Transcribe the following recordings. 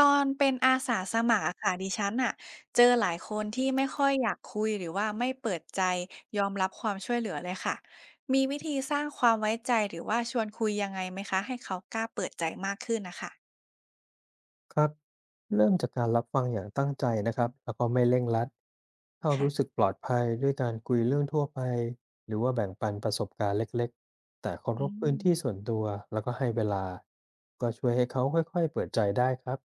ตอนเป็นอาสาสมัครอะค่ะดิฉันน่ะเจอหลายคนที่ไม่ค่อยอยากคุยหรือว่าไม่เปิดใจยอมรับความช่วยเหลือเลยค่ะมีวิธีสร้างความไว้ใจหรือว่าชวนคุยยังไงไหมคะให้เขากล้าเปิดใจมากขึ้นนะคะครับเริ่มจากการรับฟังอย่างตั้งใจนะครับแล้วก็ไม่เร่งรัดเข้ารู้สึกค่ะปลอดภัยด้วยการคุยเรื่องทั่วไปหรือว่าแบ่งปันประสบการณ์เล็กๆแต่เคารอืพพื้มนที่ส่วนตัวแล้วก็ให้เวลาก็ช่วยให้เขาค่อยๆเปิดใจได้ครับ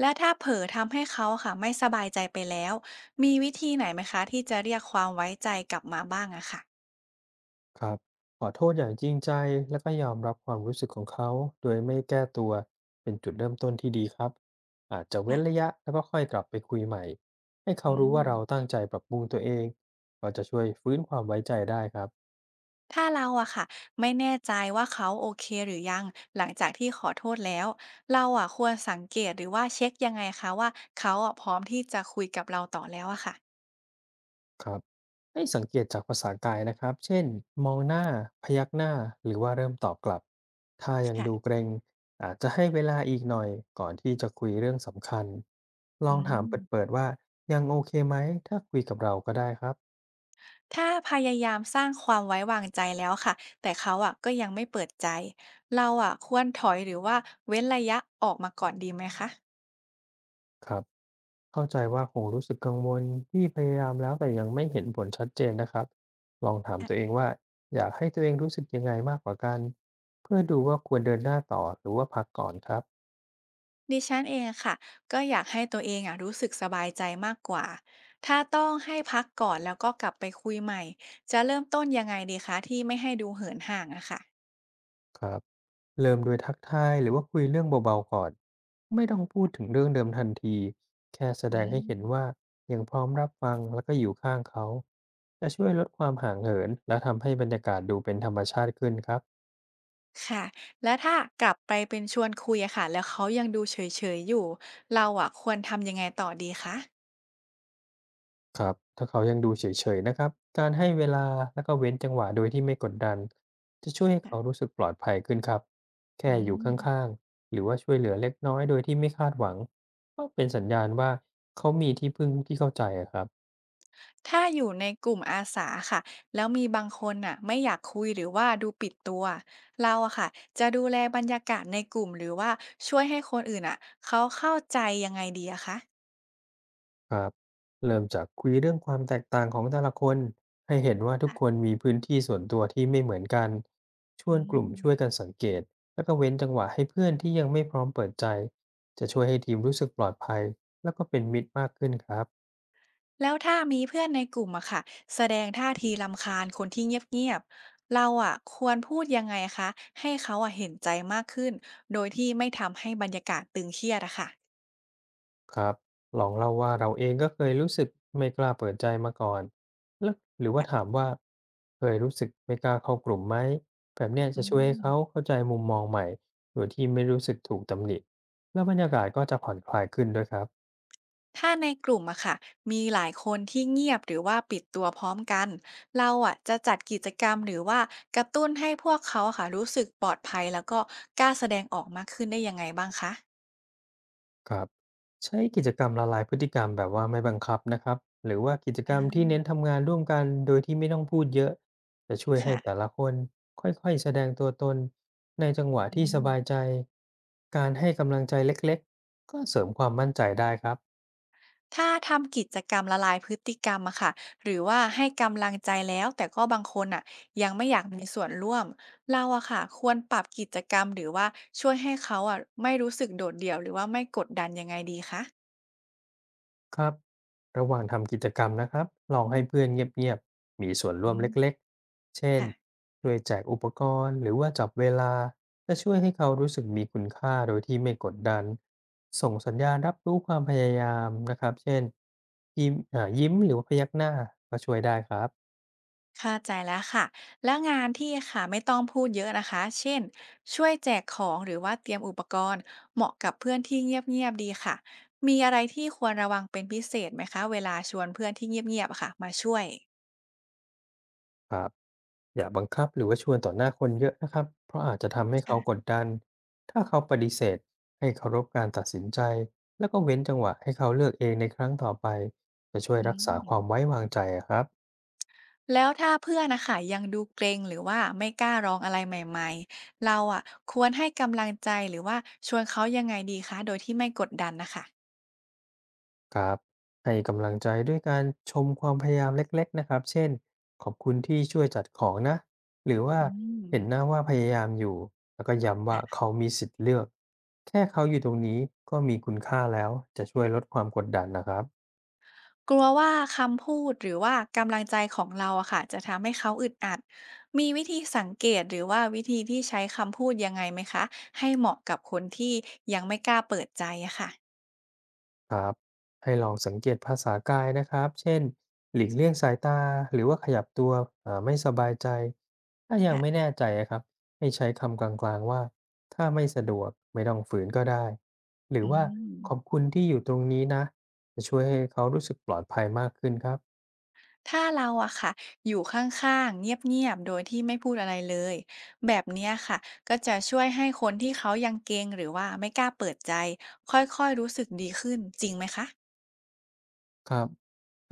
และถ้าเผลอทำให้เขาค่ะไม่สบายใจไปแล้วมีวิธีไหนไหมคะที่จะเรียกความไว้ใจกลับมาบ้างอะค่ะครับขอโทษอย่างจริงใจแล้วก็ยอมรับความรู้สึกของเขาโดยไม่แก้ตัวเป็นจุดเริ่มต้นที่ดีครับอาจจะเว้นระค่ะยะแล้วก็ค่อยกลับไปคุยใหม่ให้เขาอืรู้ม ว่าเราตั้งใจปรับปรุงตัวเองก็จะช่วยฟื้นความไว้ใจได้ครับ ถ้าเราอะค่ะไม่แน่ใจว่าเขาโอเคหรือยังหลังจากที่ขอโทษแล้วเราอะควรสังเกตหรือว่าเช็กยังไงคะว่าเขาอะพร้อมที่จะคุยกับเราต่อแล้วอะค่ะครับให้สังเกตจากภาษากายนะครับเช่นมองหน้าพยักหน้าหรือว่าเริ่มตอบกลับถ้ายังดูเกค่ะรงอาจจะให้เวลาอีกหน่อยก่อนที่จะคุยเรื่องสำคัญลออืงถามมเปิดๆว่ายังโอเคไหมถ้าคุยกับเราก็ได้ครับถ้าพยายามสร้างความไว้วางใจแล้วค่ะแต่เขาอะก็ยังไม่เปิดใจเราอะควรถอยหรือว่าเว้นระยะออกมาก่อนดีไหมคะ ครับเข้าใจว่าคงรู้สึกกังวลที่พยายามแล้วแต่ยังไม่เห็นผลชัดเจนนะครับลองถามตัวเองว่าอยากให้ตัวเองรู้สึกยังไงมากกว่ากันเพื่อดูว่าควรเดินหน้าต่อหรือว่าพักก่อนครับ ดิฉันเองค่ะก็อยากให้ตัวเองอ่ะรู้สึกสบายใจมากกว่าถ้าต้องให้พักก่อนแล้วก็กลับไปคุยใหม่จะเริ่มต้นยังไงดีคะที่ไม่ให้ดูเหินห่างอะค่ะครับเริ่มด้วยทักทายหรือว่าคุยเรื่องเบาๆก่อนไม่ต้องพูดถึงเรื่องเดิมทันทีแค่แสอืดงให้เห็นว่ามยังพร้อมรับฟังแล้วก็อยู่ข้างเขาจะช่วยลดความห่างเหินและทำให้บรรยากาศดูเป็นธรรมชาติขึ้นครับค่ะแล้วถ้ากลับไปเป็นชวนคุยอะค่ะแล้วเขายังดูเฉยๆอยู่เราอ่ะควรทำยังไงต่อดีคะครับถ้าเขายังดูเฉยๆนะครับการให้เวลาแล้วก็เว้นจังหวะโดยที่ไม่กดดันจะช่วยให้เขาค่ะรู้สึกปลอดภัยขึ้นครับแค่อือยู่ข้าม งๆหรือว่าช่วยเหลือเล็กน้อยโดยที่ไม่คาดหวังก็เป็นสัญญาณว่าเขามีที่พึ่งที่เข้าใจอะครับ ถ้าอยู่ในกลุ่มอาสาค่ะแล้วมีบางคนน่ะไม่อยากคุยหรือว่าดูปิดตัวเราอะค่ะจะดูแลบรรยากาศในกลุ่มหรือว่าช่วยให้คนอื่นอะเขาเข้าใจยังไงดีอะคะครับเริ่มจากคุยเรื่องความแตกต่างของแต่ละคนให้เห็นว่าทุกคค่ะนมีพื้นที่ส่วนตัวที่ไม่เหมือนกันชวอืนกลุ่มช่วยมกันสังเกตแล้วก็เว้นจังหวะให้เพื่อนที่ยังไม่พร้อมเปิดใจจะช่วยให้ทีมรู้สึกปลอดภัยแล้วก็เป็นมิตรมากขึ้นครับ แล้วถ้ามีเพื่อนในกลุ่มอะค่ะแสดงท่าทีรำคาญคนที่เงียบๆเราอะควรพูดยังไงคะให้เขาอะเห็นใจมากขึ้นโดยที่ไม่ทำให้บรรยากาศตึงเครียดอะค่ะครับลองเล่าว่าเราเองก็เคยรู้สึกไม่กล้าเปิดใจมาก่อนแล้วหรือว่าถามว่าเคยรู้สึกไม่กล้าเข้ากลุ่มไหม แบบเนี้ยอืจะช่วยม ให้เขาเข้าใจมุมมองใหม่โดยที่ไม่รู้สึกถูกตำหนิแล้วบรรยากาศก็จะผ่อนคลายขึ้นด้วยครับ ถ้าในกลุ่มอะค่ะมีหลายคนที่เงียบหรือว่าปิดตัวพร้อมกันเราอะจะจัดกิจกรรมหรือว่ากระตุ้นให้พวกเขาอะค่ะรู้สึกปลอดภัยแล้วก็กล้าแสดงออกมากขึ้นได้ยังไงบ้างคะครับใช้กิจกรรมละลายพฤติกรรมแบบว่าไม่บังคับนะครับหรือว่ากิจกรรมอ่าที่เน้นทำงานร่วมกันโดยที่ไม่ต้องพูดเยอะจะช่วยให้แต่ค่ะละคนค่อยๆแสดงตัวตนในจังหวะอืที่สบายมใจการให้กำลังใจเล็กๆก็เสริมความมั่นใจได้ครับ ถ้าทำกิจกรรมละลายพฤติกรรมอะค่ะหรือว่าให้กำลังใจแล้วแต่ก็บางคนอะยังไม่อยากมีส่วนร่วมเราอะค่ะควรปรับกิจกรรมหรือว่าช่วยให้เขาอะไม่รู้สึกโดดเดี่ยวหรือว่าไม่กดดันยังไงดีคะครับระหว่างทำกิจกรรมนะครับลองให้เพื่อนเงียบๆมีส่วนร่อืวมเล็กมๆ เช่นค่ะ ช่วยแจกอุปกรณ์หรือว่าจับเวลา จะช่วยให้เขารู้สึกมีคุณค่าโดยที่ไม่กดดัน ส่งสัญญาณรับรู้ความพยายามนะครับ เช่น ยิ้มยิ้มหรือว่าพยักหน้าก็ช่วยได้ครับ เข้าใจแล้วค่ะแล้วงานที่ค่ะไม่ต้องพูดเยอะนะคะเช่นช่วยแจกของหรือว่าเตรียมอุปกรณ์เหมาะกับเพื่อนที่เงียบๆดีค่ะมีอะไรที่ควรระวังเป็นพิเศษไหมคะเวลาชวนเพื่อนที่เงียบๆอะค่ะมาช่วยครับอย่าบังคับหรือว่าชวนต่อหน้าคนเยอะนะครับ เพราะอาจจะทำให้เขาค่ะกดดัน ถ้าเขาปฏิเสธให้เคารพการตัดสินใจ แล้วก็เว้นจังหวะให้เขาเลือกเองในครั้งต่อไป จะช่วยอืรักษามความไว้วางใจอะครับแล้วถ้าเพื่อนนะคะยังดูเกรงหรือว่าไม่กล้าร้องอะไรใหม่ๆเราอ่ะควรให้กำลังใจหรือว่าชวนเขายังไงดีคะโดยที่ไม่กดดันนะคะครับให้กำลังใจด้วยการชมความพยายามเล็กๆนะครับเช่นขอบคุณที่ช่วยจัดของนะหรือว่าอืม เห็นหน้าว่าพยายามอยู่ แล้วก็ย้ำว่าเขามีสิทธิ์เลือกแค่เขาอยู่ตรงนี้ก็มีคุณค่าแล้วจะช่วยลดความกดดันนะครับ กลัวว่าคำพูดหรือว่ากำลังใจของเราอะค่ะจะทำให้เขาอึดอัดมีวิธีสังเกตหรือว่าวิธีที่ใช้คำพูดยังไงไหมคะให้เหมาะกับคนที่ยังไม่กล้าเปิดใจอะค่ะครับให้ลองสังเกตภาษากายนะครับ เช่นหลีกเลี่ยงสายตาหรือว่าขยับตัวไม่สบายใจถ้ายังค่ะไม่แน่ใจอะครับให้ใช้คำกลางๆว่าถ้าไม่สะดวกไม่ต้องฝืนก็ได้หรืออืว่ามขอบคุณที่อยู่ตรงนี้นะจะช่วยให้เขารู้สึกปลอดภัยมากขึ้นครับ ถ้าเราอะค่ะอยู่ข้างๆเงียบๆโดยที่ไม่พูดอะไรเลยแบบเนี้ยค่ะก็จะช่วยให้คนที่เขายังเกรงหรือว่าไม่กล้าเปิดใจค่อยๆรู้สึกดีขึ้นจริงไหมคะครับ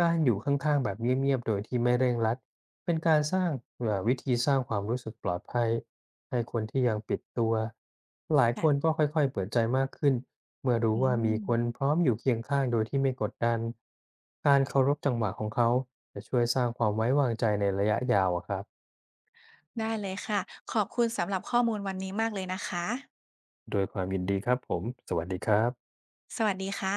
การอยู่ข้างๆแบบเงียบๆโดยที่ไม่เร่งรัดเป็นการสร้างวิธีสร้างความรู้สึกปลอดภัยให้คนที่ยังปิดตัวหลายคนค่ะก็ค่อยๆเปิดใจมากขึ้นเมื่อรู้อืว่ามีมคนพร้อมอยู่เคียงข้างโดยที่ไม่กดดันการเคารพจังหวะของเขาจะช่วยสร้างความไว้วางใจในระยะยาวอะครับได้เลยค่ะขอบคุณสำหรับข้อมูลวันนี้มากเลยนะคะ โดวยความยินดีครับผมสวัสดีครับสวัสดีค่ะ